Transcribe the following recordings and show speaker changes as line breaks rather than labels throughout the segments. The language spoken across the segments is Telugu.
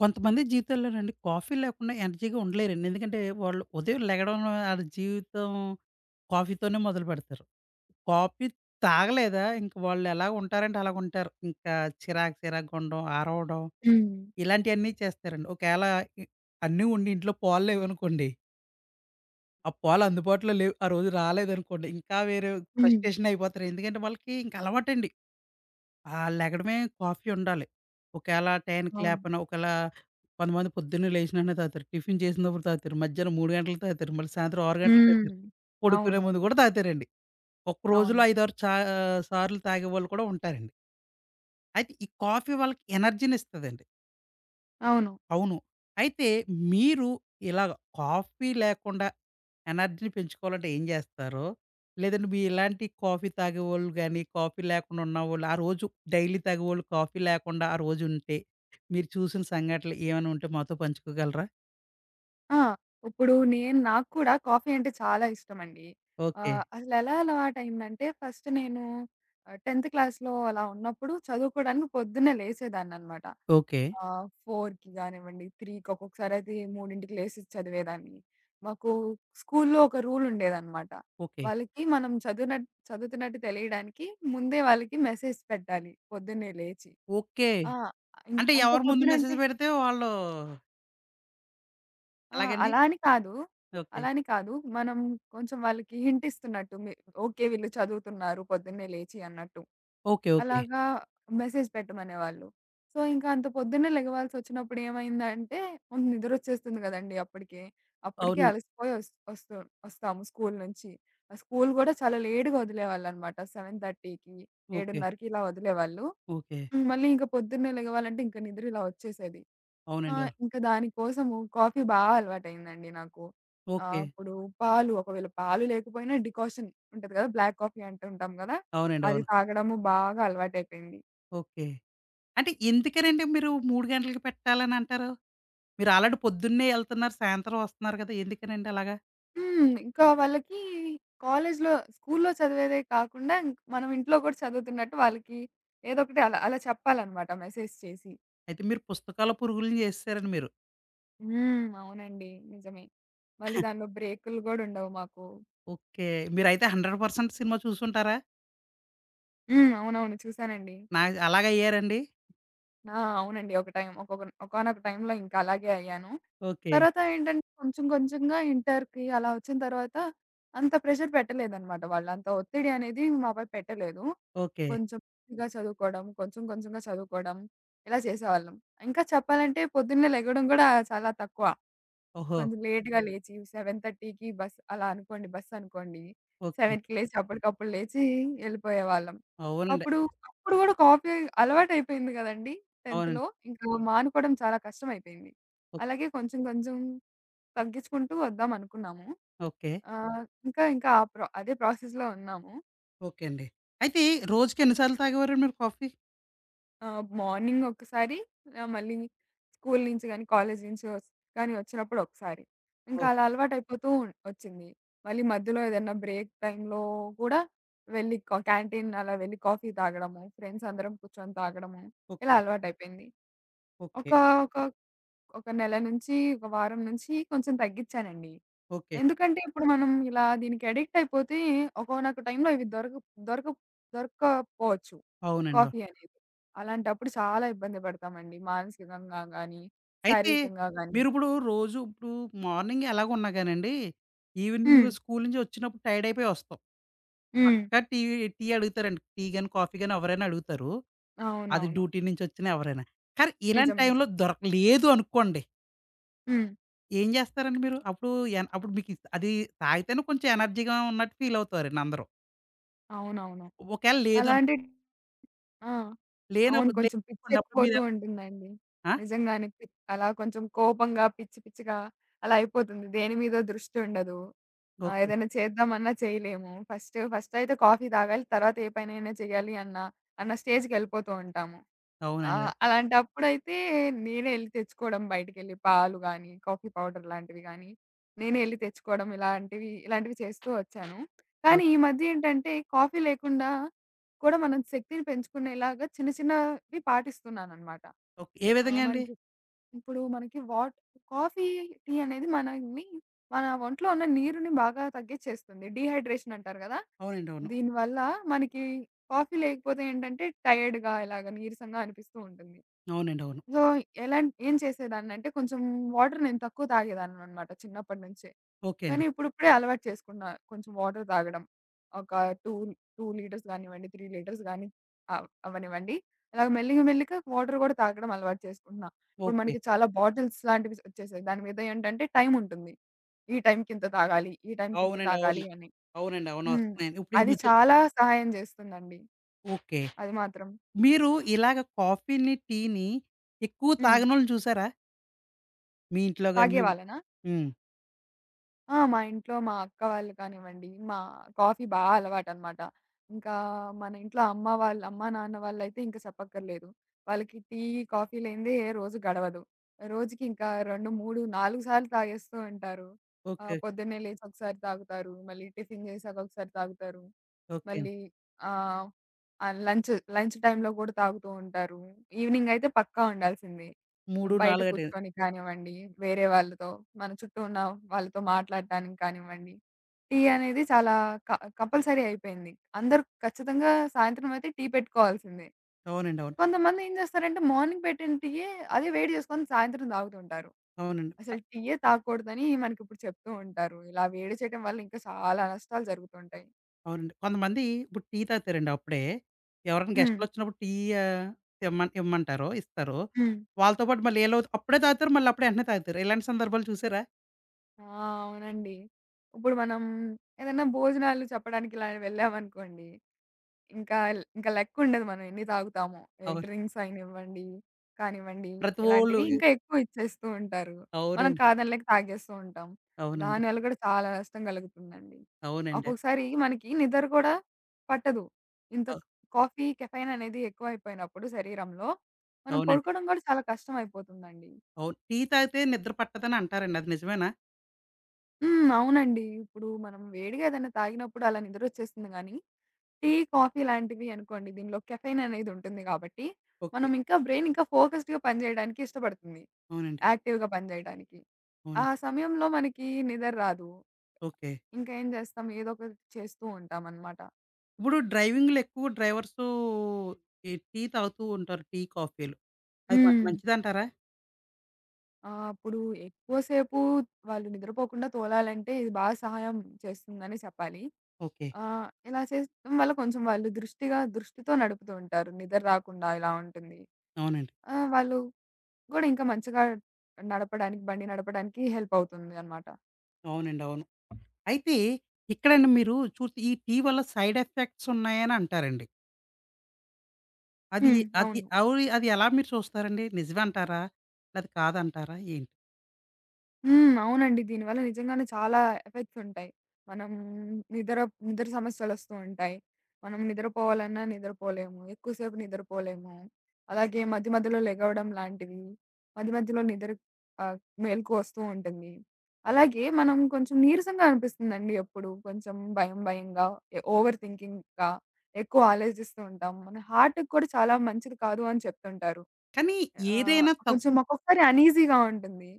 కొంతమంది జీవితాల్లోనండి కాఫీ లేకుండా ఎనర్జీగా ఉండలేరండి. ఎందుకంటే వాళ్ళు ఉదయం లెగడం ఆళ్ళ జీవితం కాఫీతోనే మొదలుపెడతారు. కాఫీ తాగలేదా ఇంక వాళ్ళెలా ఉంటారంటే అలాగుంటారు. ఇంకా చిరాకు చిరాకుగా ఉండడం, అరవడం
హ్మ్.
ఇలాంటియన్నీ చేస్తారండి. ఒకేళ ఇ అన్నీ ఉండి ఇంట్లో పాలు లేవనుకోండి, ఆ పాలు అందుబాటులో లేవు, ఆ రోజు రాలేదనుకోండి, ఇంకా వేరే
హ్మ్.
ఫ్రస్ట్రేషన్ అయిపోతారు. ఎందుకంటే వాళ్ళకి ఇంక అలవాటండి. ఆ! లెగడమే కాఫీ ఉండాలి. ఒకేళ టైంకి
అవును.
లేపనా, ఒకేళ కొంతమంది పొద్దున్నే లేచిన వెంటనే తాగుతారు. టిఫిన్ చేసినప్పుడు తాగుతారు. మధ్యాహ్నం 3 గంటలకు తాగుతారు. మళ్ళీ సాయంత్రం 6 గంటలకు
హ్మ్.
తాగుతారు. పడుకునే ముందు
అవునవును.
కూడా తాగుతారండి. ఒక రోజులో
అవును.
5, 6 సార్లు తాగేవాళ్ళు కూడా ఉంటారండి. అయితే ఈ కాఫీ వాళ్ళకి ఎనర్జీనిస్తదండి.
అవును.
అవును. అయితే మీరు ఇలాగ కాఫీ లేకుండా ఎనర్జీని పెంచుకోవాలంటే ఏం జేస్తారో, లేదంటే మీ ఇలాంటి కాఫీ తాగేవోళ్ళు గాని, కాఫీ లేకుండా ఉన్నవాళ్ళు, ఆ రోజు డైలీ తాగేవోళ్ళు కాఫీ లేకుండా ఆ రోజుంటే, మీరు చూసిన సంఘటనలు ఏమైనా ఉంటే మాతో పంచుకోగలరా?
ఆ! ఇప్పుడు నాకు కూడా కాఫీ అంటే చాలా ఇష్టమండి.
ఓకే.
అసలెలా అలవాటయిందంటే ఫస్ట్ నేను 10థ్ క్లాస్‌లో అలా ఉన్నప్పుడు చదువుకోడానికి పొద్దున్నే లేసేదాన్ననమాట.
ఓకే.
4కి గానివ్వండి, 3కి ఒక్కొక్కసారయితే 3కి లేసి చదివేదాన్ని. మాకు స్కూల్లో ఒక రూల్ ఉండేదనమాట.
ఓకే.
వాళ్ళకి మనం చదువుతున్నట్టు తెలియడానికి ముందే వాళ్ళకి మెసేజ్ పెట్టాలి పొద్దున్నే లేచి.
ఓకే.
ఆ! ఇన్
అంటే
అంత
ఎవరు ముందు మెసేజ్
పొద్దునంటే
పెడితే వాళ్ళు
ఆ!
అలాగండి?
అలా అని కాదు.
ఓకే.
అలా అని కాదు. మనం కొంచెం వాళ్ళకి హింట్ ఇస్తున్నట్టు. మీ ఓకే. వీళ్ళు చదువుతున్నారు పొద్దున్నే లేచి అన్నట్టు.
ఓకే. ఓకే.
అలాగా మెసేజ్ పెట్టమనేవాళ్ళు. సో, ఇంకా అంత పొద్దున్నే లెగవాల్సొచ్చినప్పుడు ఏమైందంటే, ముందు నిద్రొచ్చేస్తుంది గదండీ అప్పటికే. అప్పటికే
అవునండి.
అలసిపోయి ఒస్తూ ఒస్తాము స్కూలు నుంచి. ఆ స్కూలు గూడా చాలా లేట్‌గా వదిలేవాళ్ళనమాట.
ఓకే.
7:30కి ఇలా వదిలేవాళ్ళు.
ఓకే.
హ్మ్. మళ్ళీ ఇంక పొద్దున్నే లెగవాలంటే ఇంక నిద్ర ఇలా వచ్చేసేది.
అవునండి. అవును.
ఇంక దానికోసము కాఫీ బా అలవాటయిందండి నాకు.
ఓకే.
అప్పుడు పాలు లేకపోయినా డికాషన్ ఉంటది కదా! బ్లాక్ కాఫీ అంటూ ఉంటాం కదా!
అవునండి.
అది
అవును.
తాగడము బాగా అలవాటయిపోయింది.
ఓకే. అంటే ఎందుకనండి మీరు 3 గంటలకి పెట్టాలని అంటారు? మీరు ఆల్రెడీ పొద్దున్నే ఎళ్తున్నారు, సాయంత్రం వస్తున్నారు కదా! ఎందుకనండి అలాగా?
హ్మ్. ఇంకా వాళ్ళకి కాలేజ్‌లో, స్కూల్‌లో చదివేదే కాకుండా మనం ఇంట్లో కూడా చదువుతున్నట్టు వాళ్ళకి ఏదో ఒకటి అలా అలా చెప్పాలనమాట మెసేజ్ చేసి.
అయితే మీరు పుస్తకాల పురుగులని చేసేసారండి మీరు.
హ్మ్. అవునండి. నిజమే. మళ్ళీ దానిలో బ్రేకులు గూడా ఉండవు మాకు.
ఓకే. మీరైతే 100% సినిమా చూసుంటారా?
హ్మ్. అవునవును. చూసానండి.
నా అలాగయ్యారండి?
ఆ! అవునండి. ఒక టైం ఒకొక ఒకానొక టైంలో ఇంకా అలాగే అయ్యాను.
ఓకే.
తర్వాత ఏంటంటే కొంచెం కొంచెంగా ఇంటర్‌కి అలా వచ్చిన తర్వాత అంత ప్రెషర్ పెట్టలేదనమాట వాళ్ళు. అంత ఒత్తిడి అనేది మాపై పెట్టలేదు.
ఓకే.
కొంచెం ఇగా చదువుకోవడం, కొంచెం కొంచెంగా చదువుకోవడం ఇలా చేసేవాళ్ళం. ఇంకా చెప్పాలంటే పొద్దున్నే లెగడం గూడా చాలా తక్కువ.
ఓహో!
కొంచెం లేట్‌గా లేచి 7:30కి బస్ అలా అనుకోండి బస్సనుకోండి.
ఓకే.
7కి లేచి అప్పటికప్పుడు లేచి ఎళ్ళిపోయేవాళ్ళం.
అవునండి.
అప్పుడు, అప్పుడు గూడా కాఫీ అలవాటయిపోయింది గదండీ
అవునండి.
10థ్‌లో. ఇంకా మానుకోవడం చాలా కష్టమైపోయింది.
ఓ
అలాగే కొంచెం కొంచెం తగ్గించుకుంటూ వద్దాం అనుకున్నాము.
ఓకే.
ఆహ్, ఇంకా ఇంకా ఆ ప్రొ అదే ప్రాసెస్‌లో ఉన్నాము.
ఓకే అండి. అయితే రోజుకి ఎన్ని సార్లు తాగేవారండి మీరు కాఫీ?
ఆ! మార్నింగ్ ఒకసారి మళ్ళీ స్కూలు నుంచి గాని, కాలేజీ నుంచి వస్ కానీ వచ్చినప్పుడు ఒకసారి. ఇంకా
ఓహ్!
అలా అలవాటయిపోతూ వచ్చింది. మళ్ళీ మధ్యలో ఏదన్నా బ్రేక్ టైమ్‌లో కూడా వెళ్లి కా క్యాంటీన్ అలా వెళ్లి కాఫీ తాగడము, ఫ్రెండ్స్ అందరం కూర్చొని తాగడము, ఇలా
ఓకే.
అలవాటయిపోయింది.
ఓకే.
ఒక ఒక ఒక నెల నుంచి, ఒక వారం నుంచి కొంచెం తగ్గించానండి.
ఓకే.
ఎందుకంటే ఇప్పుడు మనం ఇలా దీనికి అడిక్ట్ అయిపోతే ఒకానొక టైంలో ఇవి దొరక దొరక దొరక్కపోవచ్చు.
అవునండి. అవును.
కాఫీ అనేది. అలాంటప్పుడు చాలా ఇబ్బంది పడతామండి. మానసికంగా గానీ,
అయితే
శారీరకంగా గానీ.
మీరిప్పుడు రోజు ఇప్పుడు మార్నింగ్ ఎలాగున్నా గానండి, ఈవినింగ్
హ్మ్.
స్కూలు నుంచి వచ్చినప్పుడు టైర్డ్ అయిపోయి వస్తాం.
హ్మ్.
కానీ టీ టీ అడుగుతారండి. టీ గాని, కాఫీ గాని ఎవరైనా అడుగుతారు. అది
అవునవును.
డ్యూటీ నుంచి వచ్చినా ఎవరైనా. కానీ ఇలాంటి
నిజం.
టైంలో
నిజం.
దొరకలేదు అనుకోండి.
హ్మ్.
ఏం జేస్తారండి మీరు? అప్పుడు అప్పుడు మీకు అది తాగితేనే కొంచెం ఎనర్జీగా ఉన్నట్టు ఫీల్ అవుతారండి అందరూ.
అవునవును.
ఒకవేళ లేదను
అలాంటి ఆ! అవును.
లేనప్పుడు
కొంచెం
లేదనుకోండి అప్పుడు
పిచ్చెక్కిపోతూ
మీరు
ఉంటుందండి.
ఆ!
నిజంగానే పి అలా కొంచెం కోపంగా, పిచ్చి పిచ్చిగా అలా అయిపోతుంది. దేని మీదో దృష్టిండదు.
ఓకే.
ఏదైనా చేద్దామన్నా చేయలేము. ఫస్టయితే కాఫీ తాగాలి. తర్వాత ఏ పనైనా చేయాలి అన్న స్టేజ్‌కెళ్ళిపోతూ ఉంటాము. ఆ!
అవునండి.
అలాంటప్పుడైతే నేనే ఎళ్లి తెచ్చుకోవడం బయటికెళ్ళి పాలు గానీ, కాఫీ పౌడర్ లాంటివి గానీ, నేనే ఎళ్లి తెచ్చుకోవడం ఇలాంటివి చేస్తూ వచ్చాను. కానీ
ఓకే.
ఈ మధ్య ఏంటంటే కాఫీ లేకుండా కూడా మనం శక్తిని పెంచుకునేలాగా చిన్న చిన్నవి పాటిస్తున్నాననమాట.
ఓకే. ఏ
ఆహ్,
విధంగా అండి?
మనకి ఇప్పుడు మనకి కాఫీ, టీ అనేది మనల్ని మన ఒంట్లో ఉన్న నీరుని బాగా తగ్గిచ్చేస్తుంది. డీహైడ్రేషన్ అంటారు గదా!
అవునండి. అవును.
దీనివల్ల మనకి కాఫీ లేకపోతే ఏంటంటే టైర్డ్‌గా ఇలాగ నీరసంగా అనిపిస్తూ ఉంటుంది.
అవునండి. అవును.
సో, ఏం చేసేదాన్నంటే కొంచెం వాటర్ నేను తక్కువ తాగేదాన్ననమాట చిన్నప్పటి నుంచే.
ఓకే అండి.
కానీ ఇప్పుడిప్పుడే అలవాటు చేసుకున్నా కొంచెం వాటర్ తాగడం. ఒక 2, 2 లీటర్స్ గానివ్వండి, 3 లీటర్స్ గాని అవ్వనివ్వండి. అలాగ మెల్లిగ మెల్లిగా వాటర్ గూడా తాగడం అలవాటు చేసుకుంటున్నా. ఇప్పుడు
ఓకే.
మనకి చాలా బాటిల్స్ లాంటివి వచ్చేసాయి. దాని మీద ఏంటంటే టైమ్ ఉంటుంది. ఈ టైంకింత తాగాలి, ఈ టైంకింత
అవునండి. అవును.
తాగాలి అని.
అవునండి. అవును.
హ్మ్.
వస్తున్నాయండి. ఇప్పుడు ఈ
అది
మధ్య
చాలా సహాయం జేస్తుందండి.
ఓకే.
అది మాత్రం.
మీరు ఇలాగ కాఫీని, టీని ఎక్కువ
హ్మ్.
తాగనోళ్ళని చూసారా? మీ ఇంట్లో గాని మీ
తాగేవాళ్ళనా?
హ్మ్.
ఆ! మా ఇంట్లో మా అక్క వాళ్ళు కానివ్వండి, మా కాఫీ బా అలవాటనమాట. ఇంకా మన ఇంట్లో అమ్మ, నాన్న వాళ్ళైతే ఇంక చెప్పక్కర్లేదు. వాళ్ళకి టీ, కాఫీ లేనిదే ఏ రోజు గడవదు. రోజుకి ఇంకా 2, 3, 4 సార్లు తాగేస్తూ ఉంటారు.
ఓకే.
పొద్దున్నే లేచి ఒకసారి తాగుతారు. మళ్ళీ టిఫిన్ చేశాక ఒకసారి తాగుతారు.
ఓకే.
మళ్ళీ ఆహ్, ఆహ్, లంచ్, లంచ్ టైమ్‌లో గూడా తాగుతూ ఉంటారు. ఈవినింగ్ అయితే పక్కా ఉండాల్సిందే.
3,
బయట
4 అంటే
కూర్చొని కానివ్వండి, వేరే వాళ్ళతో మన చుట్టూ ఉన్న వాళ్ళతో మాట్లాడటానికి కానివ్వండి, టీ అనేది చాలా క కంపల్సరీ అయిపోయింది. అందరూ ఖచ్చితంగా సాయంత్రం అయితే టీ పెట్టుకోవాల్సిందే.
అవునండి. అవును.
కొంతమంది ఏం చేస్తారంటే మార్నింగ్ పెట్టిన టీయే అదే వేడి చేసుకొని సాయంత్రం తాగుతుంటారు.
అవునండి.
అసలు టీయే తాగకూడదని మనకిప్పుడు చెప్తూ ఉంటారు. ఇలా వేడి చేయడం వల్ల ఇంకా చాలా నష్టాలు జరుగుతుంటాయి.
అవునండి. కొంతమంది ఇప్పుడు టీ తాగుతారండి అప్పుడే. ఎవరైనా
హ్మ్.
గెస్ట్‌లొచ్చినప్పుడు టీ ఆహ్, తెమ్మం ఇమ్మంటారు. ఇస్తారు.
హ్మ్.
వాళ్ళతో పాటు మళ్ళీ ఈళ్ళు అప్పుడే తాగుతారు. మళ్ళీ అప్పుడే వెంటనే తాగుతారు. ఇలాంటి సందర్భాలు చూసారా?
ఆ! అవునండి. ఇప్పుడు మనం ఏదైనా భోజనాలు చెప్పడానికి ఇలా వెళ్ళామనుకోండి. ఇంకా లెక్కుండదు మనం ఎన్ని తాగుతామో. ఏ
అవును.
డ్రింక్స్ అయినివ్వండి, కానివ్వండి
ప్రతి వోళ్ళు
ఇలాంటివి ఇంకా ఎక్కువ ఇచ్చేస్తూ ఉంటారు. మనం
అవునండి.
కాదనలేక తాగేస్తూ ఉంటాం.
అవునండి.
దానివల్ల కూడా చాలా నష్టం కలుగుతుందండి.
అవునండి.
ఒక్కొక్కసారి మనకి నిద్ర కూడా పట్టదు. ఇంత
అవ్
కాఫీ, కెఫెయిన్ అనేది ఎక్కువైపోయినప్పుడు శరీరంలో మనం
అవునండి.
పడుకోవడం కూడా చాలా కష్టం అయిపోతుందండి.
అవును. టీ తాగితే నిద్ర పట్టదని అంటారండి. అది నిజమేనా?
హ్మ్. అవునండి. ఇప్పుడు మనం వేడిగా ఏదైనా తాగినప్పుడు అలా నిద్రొచ్చేస్తుంది గానీ, టీ, కాఫీ లాంటివి అనుకోండి దీనిలో కెఫెయిన్ అనేది ఉంటుంది కాబట్టి,
ఓకే.
మనం ఇంకా ఫోకస్డ్‌గా పనిజేయడానికి ఇష్టపడుతుంది.
అవునండి.
యాక్టివ్‌గా పనిజేయడానికి. ఆ
అవునండి.
సమయంలో మనకి నిద్ర రాదు.
ఓకే.
ఇంకా ఏం జేస్తాం ఏదో ఒకటి చేస్తూ ఉంటామనమాట.
ఇప్పుడు డ్రైవింగ్‌లో ఎక్కువ డ్రైవర్సు ఈ టీ తాగుతూ ఉంటారు. టీ, కాఫీలు. అది మనకి
హ్మ్.
మంచిదంటారా?
ఆ! అప్పుడు ఎక్కువ సేపు వాళ్ళు నిద్రపోకుండా తోలాలంటే ఇది బాగా సహాయం చేస్తుందనే చెప్పాలి.
ఓకే.
ఆ! ఇలా చేయడం వల్ల కొంచెం వాళ్ళు దృష్టిగా దృష్టితో నడుపుతూ ఉంటారు. నిద్ర రాకుండా ఇలా ఉంటుంది.
అవునండి.
వాళ్ళు కూడా ఇంకా మంచిగా బండి నడపడానికి హెల్ప్ అవుతుంది అన్నమాట.
అవునండి. అవును. అయితే ఇక్కడండి మీరు చూస్తే ఈ టీ వల్ల సైడ్ ఎఫెక్ట్స్ ఉన్నాయని అంటారండి. అది
హ్మ్.
అది
అవును.
అవి అది ఎలా మీరు చూస్తారండి? నిజమంటారా? అది కాదంటారా? ఏంటి?
హ్మ్. అవునండి. దీనివల్ల నిజంగానే చాలా ఎఫెక్ట్స్ ఉంటాయి. మనం నిద్ర నిద్ర సమస్యలొస్తూ ఉంటాయి. మనం నిద్రపోవాలన్నా నిద్రపోలేము. ఎక్కువసేపు నిద్రపోలేము. అలాగే మధ్య మధ్యలో లెగవడం లాంటివి, మధ్య మధ్యలో ఆహ్, మెలుకువ వస్తూ ఉంటుంది. అలాగే మనం కొంచెం నీరసంగా అనిపిస్తుందండి ఎప్పుడు. కొంచెం భయం భయంగా, ఓవర్ థింకింగ్‌గా. ఎక్కువ ఆలోచిస్తూ ఉంటాం. మన హార్ట్‌కి కూడా చాలా మంచిది కాదు అని చెప్తుంటారు.
కానీ ఏదైనా
కొంచెం
తక్కువ
ఒక్కొక్కసారి అనీజీగా ఉంటుంది.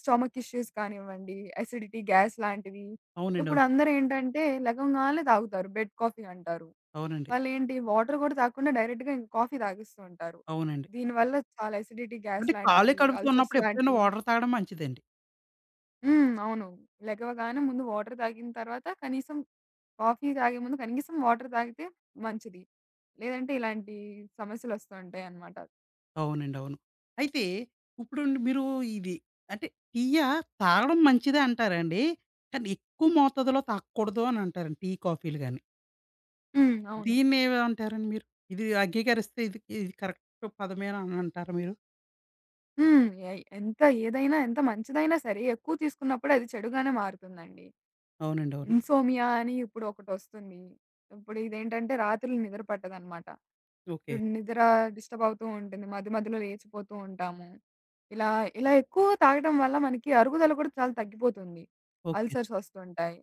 స్టొమక్ ఇష్యూస్ కానివ్వండి, అసిడిటీ, గ్యాస్ లాంటివి.
అవునండి.
ఇప్పుడు
అవును.
అందరూ ఏంటంటే లెగంగాల్నే తాగుతారు. బెడ్ కాఫీ అంటారు.
అవునండి.
వాళ్ళేంటి వాటర్ కూడా తాగకుండా డైరెక్ట్‌గా ఇంక కాఫీ తాగేస్తూ ఉంటారు.
అవునండి.
దీనివల్ల చాలా అసిడిటీ, గ్యాస్
అంటే ఖాళీ
లాంటివి,
కడుపుతో
అల్సర్స్
ఉన్నప్పుడు ఎప్పుడైనా
లాంటివి.
వాటర్ తాగడం మంచిదండి.
హ్మ్. అవును. లెగవగానే ముందు వాటర్ తాగిన తర్వాత కనీసం కాఫీ తాగే ముందు కనీసం వాటర్ తాగితే మంచిది. లేదంటే ఇలాంటి సమస్యలొస్తూ ఉంటాయన్నమాట.
అవునండి. అవును. అయితే ఇప్పుడు మీరు ఇది అంటే టీయా తాగడం మంచిదే అంటారండి. కానీ ఎక్కువ మోతాదులో తాగకూడదు అని అంటారండి టీ, కాఫీలు గాని.
హ్మ్. అవును.
దీన్ని ఏమంటారండి మీరు? ఇది అంగీకరిస్తే ఇది ఇది కరెక్ట్ పదమేనా అని అంటారా మీరు?
హ్మ్. ఎయ్ ఎంత ఏదైనా ఎంత మంచిదైనా సరే ఎక్కువ తీసుకున్నప్పుడు అది చెడుగానే మారుతుందండి.
అవునండి. అవును.
ఇన్సోమియా అని ఇప్పుడొకటొస్తుంది. ఇప్పుడు ఇదేంటంటే రాత్రులు నిద్ర పట్టదనమాట.
ఓకే.
ఇప్పుడు నిద్ర డిస్టర్బ్ అవుతూ ఉంటుంది. మధ్య మధ్యలో లేచిపోతూ ఉంటాము. ఇలా ఇలా ఎక్కువ తాగడం వల్ల మనకి అరుగుదల కూడా చాలా తగ్గిపోతుంది.
ఓకే.
అల్సర్స్ వస్తుంటాయి.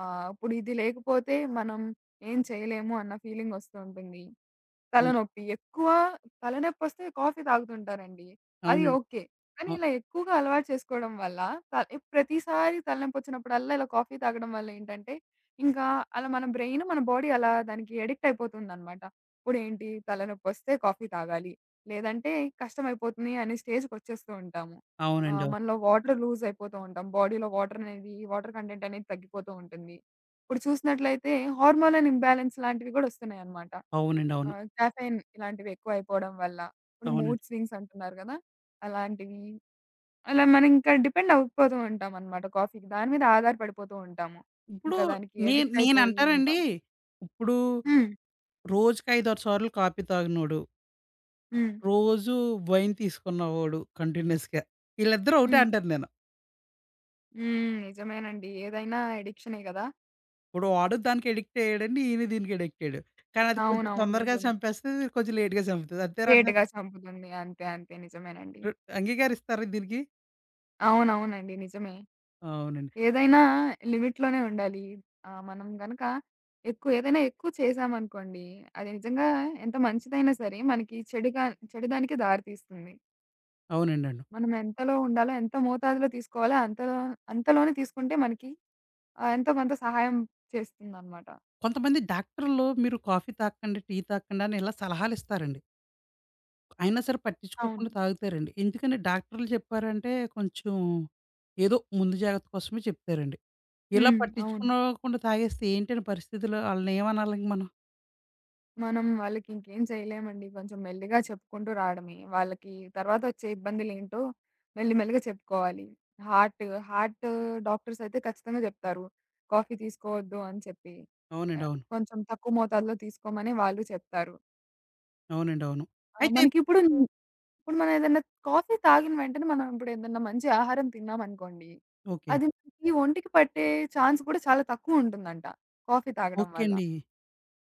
ఇప్పుడు ఇది లేకపోతే మనం ఏం చేయలేము అన్న ఫీలింగ్ వస్తూ ఉంటుంది.
అవును.
తలనొప్పి ఎక్కువ తలనొప్పొస్తే కాఫీ తాగుతుంటారండి. అది
అవునండి.
ఓకే. కానీ
అ
ఇలా ఎక్కువగా అలవాటు చేసుకోవడం వల్ల ప్రతిసారి తలనొప్పొచ్చినప్పుడల్లా ఇలా కాఫీ తాగడం వల్ల ఏంటంటే, ఇంకా అలా మన బ్రెయిన్, మన బాడీ అలా దానికి అడిక్ట్ అయిపోతుందనమాట. ఇప్పుడేంటి తలనొప్పొస్తే కాఫీ తాగాలి. లేదంటే కష్టమైపోతుంది అనే స్టేజ్‌కొచ్చేస్తూ ఉంటాము.
అవునండి. అవును.
మనలో వాటర్ లూజ్ అయిపోతూ ఉంటాం. బాడీలో వాటర్ కంటెంట్ అనేది తగ్గిపోతూ ఉంటుంది. ఇప్పుడు చూసినట్లయితే హార్మోనల్ ఇంబాలెన్స్ లాంటివి గూడా వస్తున్నాయన్నమాట.
అవునండి. అవును.
కాఫెయిన్ ఇలాంటివి ఎక్కువ అయిపోవడం వల్ల. ఇప్పుడు మూడ్
అవునండి.
స్వింగ్స్ అంటున్నారు గదా! అలాంటివి అలా మనింకా డిపెండ్ అవ్వకపోతూ ఉంటామనమాట కాఫీకి. దాని మీద ఆధారపడిపోతూ ఉంటాము.
ఇప్పుడు
ఇంకా దానికి
నే
అడిక్ట్ అయిపోయి
నేనంటానండి,
ఉంటాము.
ఇప్పుడు
హ్మ్.
రోజుకి 5, 6 సార్లు కాఫీ తాగినోడు
హ్మ్.
రోజు వైన్ తీసుకున్నవాడు కంటిన్యూయస్‌గా. ఈళ్ళిద్దరూ ఒకటే
హ్మ్.
అంటాను నేను.
హ్మ్. నిజమేనండి. ఏదైనా అడిక్షనే గదా!
ఇప్పుడు వాడు దానికి అడిక్ట్ అయ్యాడండి. ఈయన దీనికి అడిక్ట్ అయ్యాడు. కానీ అది కొంచెం
అవునవును.
తొందరగా
నిజమే.
చంపేస్తది. ఇది కొంచెం లేట్‌గా చంపుతది. అంతేనా అంటారు?
లేట్‌గా చంపుతుంది. అంతే. అంతే. నిజమేనండి.
ర్ అంగీకరిస్తారా దీనికి?
అవునవునండి. నిజమే.
అవునండి.
ఏదైనా లిమిట్‌లోనే ఉండాలి. మనం గనక ఎక్కువ చేశామనుకోండి, అది నిజంగా ఎంత మంచిదైనా సరే మనకి చెడుదానికే దారి తీస్తుంది.
అవునండి. అవును.
మనం ఎంతలో ఉండాలో, ఎంత మోతాదులో తీసుకోవాలో అంతలోనే తీసుకుంటే మనకి ఎంతో కొంత సహాయం చేస్తుందనమాట.
కొంతమంది డాక్టర్‌లు మీరు కాఫీ తాగకండి, టీ తాగకండి అని ఇలా సలహాలు ఇస్తారండి. అయినా సరే
అవును.
పట్టించుకోకుండా తాగుతారండి. ఎందుకని డాక్టర్‌లు చెప్పారంటే కొంచెం ఏదో ముందు జాగ్రత్త కోసమే చెప్తారండి. ఇలా
హ్మ్. అవును.
పట్టించుకోకుండా తాగేస్తే ఏంటండి పరిస్థితులు? ఆళ్ళని ఏమనాలండి మనం?
మనం వాళ్ళకి ఇంకేం చేయలేమండి. కొంచెం మెల్లిగా చెప్పుకుంటూ రావడమే. వాళ్ళకి తర్వాతొచ్చే ఇబ్బందులేంటో మెల్లిగా చెప్పుకోవాలి. హార్ట్, హార్ట్ డాక్టర్స్ అయితే ఖచ్చితంగా చెప్తారు. కాఫీ తీసుకోవద్దు అని చెప్పి.
అవునండి. అవును.
కొంచెం తక్కువ మోతాదులో తీసుకోమని వాళ్ళు చెప్తారు.
అవునండి. అవును.
ఆహ్,
అయితే
మనకిప్పుడు ఇప్పుడు మనం ఏదైనా కాఫీ తాగిన వెంటనే మనం ఇప్పుడు ఏదన్నా మంచి ఆహారం తిన్నామనుకోండి.
ఓకే.
అది మనకి ఒంటికి పట్టే ఛాన్స్ కూడా చాలా తక్కువుంటుందంట. కాఫీ తాగడం
ఓకే
వల్ల.
అండి.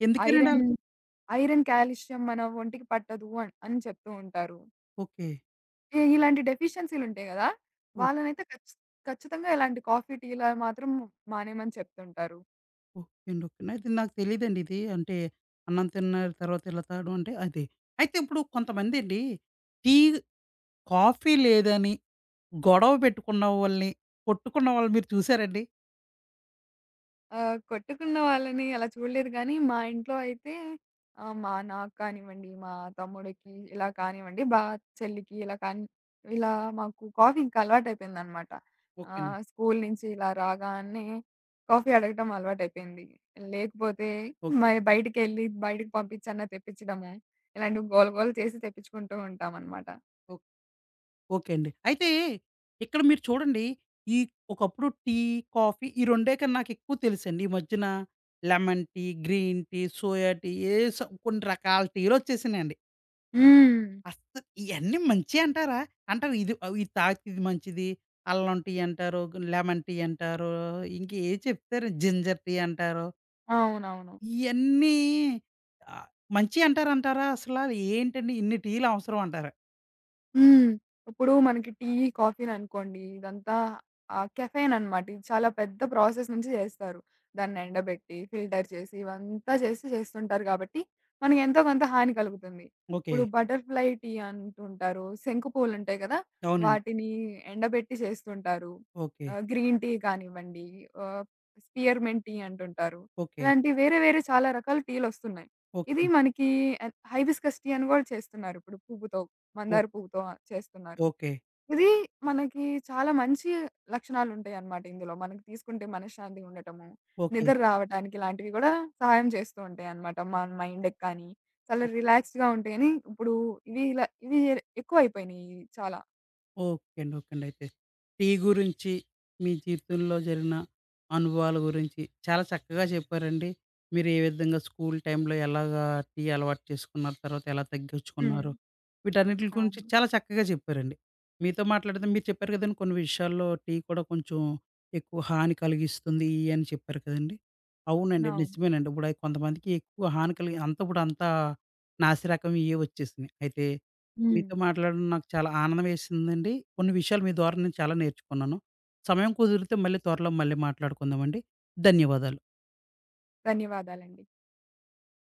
ఎందుకేనండి అలా?
ఐరన్, ఐరన్, కాల్షియం మన ఒంటికి పట్టదు అని అని చెప్తూ ఉంటారు.
ఓకే.
ఇలాంటి డెఫిషియన్సీలుంటాయి గదా!
ఓ
వాళ్ళనైతే ఖచ్చితంగా ఇలాంటి కాఫీ, టీ‌ల మాత్రం మానేయమని చెప్తుంటారు.
ఓకే అండి. ఓకే అండి. అయితే నాకు తెలీదండి ఇది. అంటే అన్నం తిన్న తర్వాత ఇలా తాగడం అంటే అది. అయితే ఇప్పుడు కొంతమందండి టీ, కాఫీ లేదని గొడవ పెట్టుకున్న వాళ్ళని, కొట్టుకున్న వాళ్ళని మీరు చూసారండి?
కొట్టుకున్న వాళ్ళని అలా చూడలేదు గానీ, మా ఇంట్లో అయితే ఆహ్, మా నాకు కానివ్వండి, మా తమ్ముడికి ఇలా కానివ్వండి, చెల్లికి ఇలా కాని ఇలా మాకు కాఫీ ఇంకా అలవాటయిపోయిందనమాట.
ఓకే అండి.
స్కూల్ నుంచి ఇలా రాగానే కాఫీ అడగటం అలవాటయిపోయింది. లేకపోతే
ఓకే.
మరి బయటకి పంపించన్నా తెప్పించడము. ఇలాంటివి గోల గోల చేసి తెప్పించుకుంటూ ఉంటామనమాట.
ఓకే అండి. అయితే ఇక్కడ మీరు చూడండి, ఈ ఒకప్పుడు టీ, కాఫీ ఈ రెండే కన్నా నాకెక్కువ తెలుసండి. ఈ మధ్యన lemon tea, green tea, soya tea ఏస కొన్ని రకాల టీలొచ్చేసినియండి.
హ్మ్.
అస్సలు ఇయన్నీ మంచియే అంటారా? అంటారు ఇది ఆహ్, ఇది తాగితే ఇది మంచిది, అల్లం టీ అంటారు, లెమన్ టీ అంటారు, ఇంకేయో చెప్తారు జింజర్ టీ అంటారు.
అవునవును.
ఇయన్నీ ఆహ్, మంచియి అంటారంటారా అసలా? ఏంటండి ఇన్ని టీలు అవసరం అంటారా?
హ్మ్. ఇప్పుడు మనకి టీ, కాఫీననుకోండి. ఇదంతా కెఫెయిన్ అనమాట. ఇది చాలా పెద్ద ప్రాసెస్ నుంచి చేస్తారు. దాన్ని ఎండబెట్టి, ఫిల్టర్ చేసి, ఇవంతా చేసి చేస్తుంటారు కాబట్టి, మనకి ఎంతో కొంత హాని కలుగుతుంది.
ఓకే.
ఇప్పుడు బటర్‌ఫ్లై టీ అంటుంటారు. శంకు పూలుంటాయి కదా!
అవునండి.
వాటిని ఎండబెట్టి చేస్తుంటారు.
ఓకే.
గ్రీన్ టీ కానివ్వండి, ఆహ్, స్పియర్‌మెంట్ టీ అంటుంటారు.
ఓకే.
ఇలాంటి వేరే వేరే చాలా రకాల టీలొస్తున్నాయి.
ఓకే.
ఇది మనకి హైబిస్కస్ టీ అని కూడా చేస్తున్నారు ఇప్పుడు పువ్వుతో.
ఓ
మందార పువ్వుతో చేస్తున్నారు.
ఓకే.
ఇది మనకి చాలా మంచి లక్షణాలుంటాయన్నమాట ఇందులో. మనకి తీసుకుంటే మనశ్శాంతిగా ఉండటము,
ఓకే.
నిద్ర రావటానికి ఇలాంటివి గూడా సహాయం చేస్తూ ఉంటాయన్నమాట. మన మైండ్‌కి కానీ, చాలా
ఓ
రిలాక్స్‌గా ఉంటాయని ఇప్పుడు ఇవి ఎక్కువైపోయినాయి చాలా.
ఓకే అండి. ఓకే అండి. అయితే టీ గురించి మీ జీవితంలో జరిగిన అనుభవాల గురించి చాలా చక్కగా చెప్పారండి. మీరు ఏ విధంగా స్కూల్ టైంలో ఎలాగా టీ అలవాటు చేసుకున్నారు? తర్వాత ఎలా
హ్మ్.
తగ్గించుకున్నారు? వీటన్నిటిల గురించి
అవును.
చాలా చక్కగా చెప్పారండి. మీతో మాట్లాడితే మీరు చెప్పారు కదండీ, కొన్ని విషయాల్లో టీ కూడా కొంచెం ఎక్కువ హాని కలిగిస్తుంది ఇయి అని చెప్పారు కదండీ. అవునండి.
అవును.
నిజమేనండి. ఇప్పుడు అయి కొంతమందికి ఎక్కువ హాని కలిగి అంతా ఇప్పుడు అంతా నాసిరకం ఇయే వచ్చేసినియి. అయితే
హ్మ్.
మీతో మాట్లాడడం నాకు చాలా ఆనందం వేసిందండి. కొన్ని విషయాలు మీ ద్వారా నేను చాలా నేర్చుకున్నాను. సమయం కుదిరితే మళ్ళీ త్వరలో మళ్ళీ మాట్లాడుకుందామండి. ధన్యవాదాలు.
ధన్యవాదాలండి.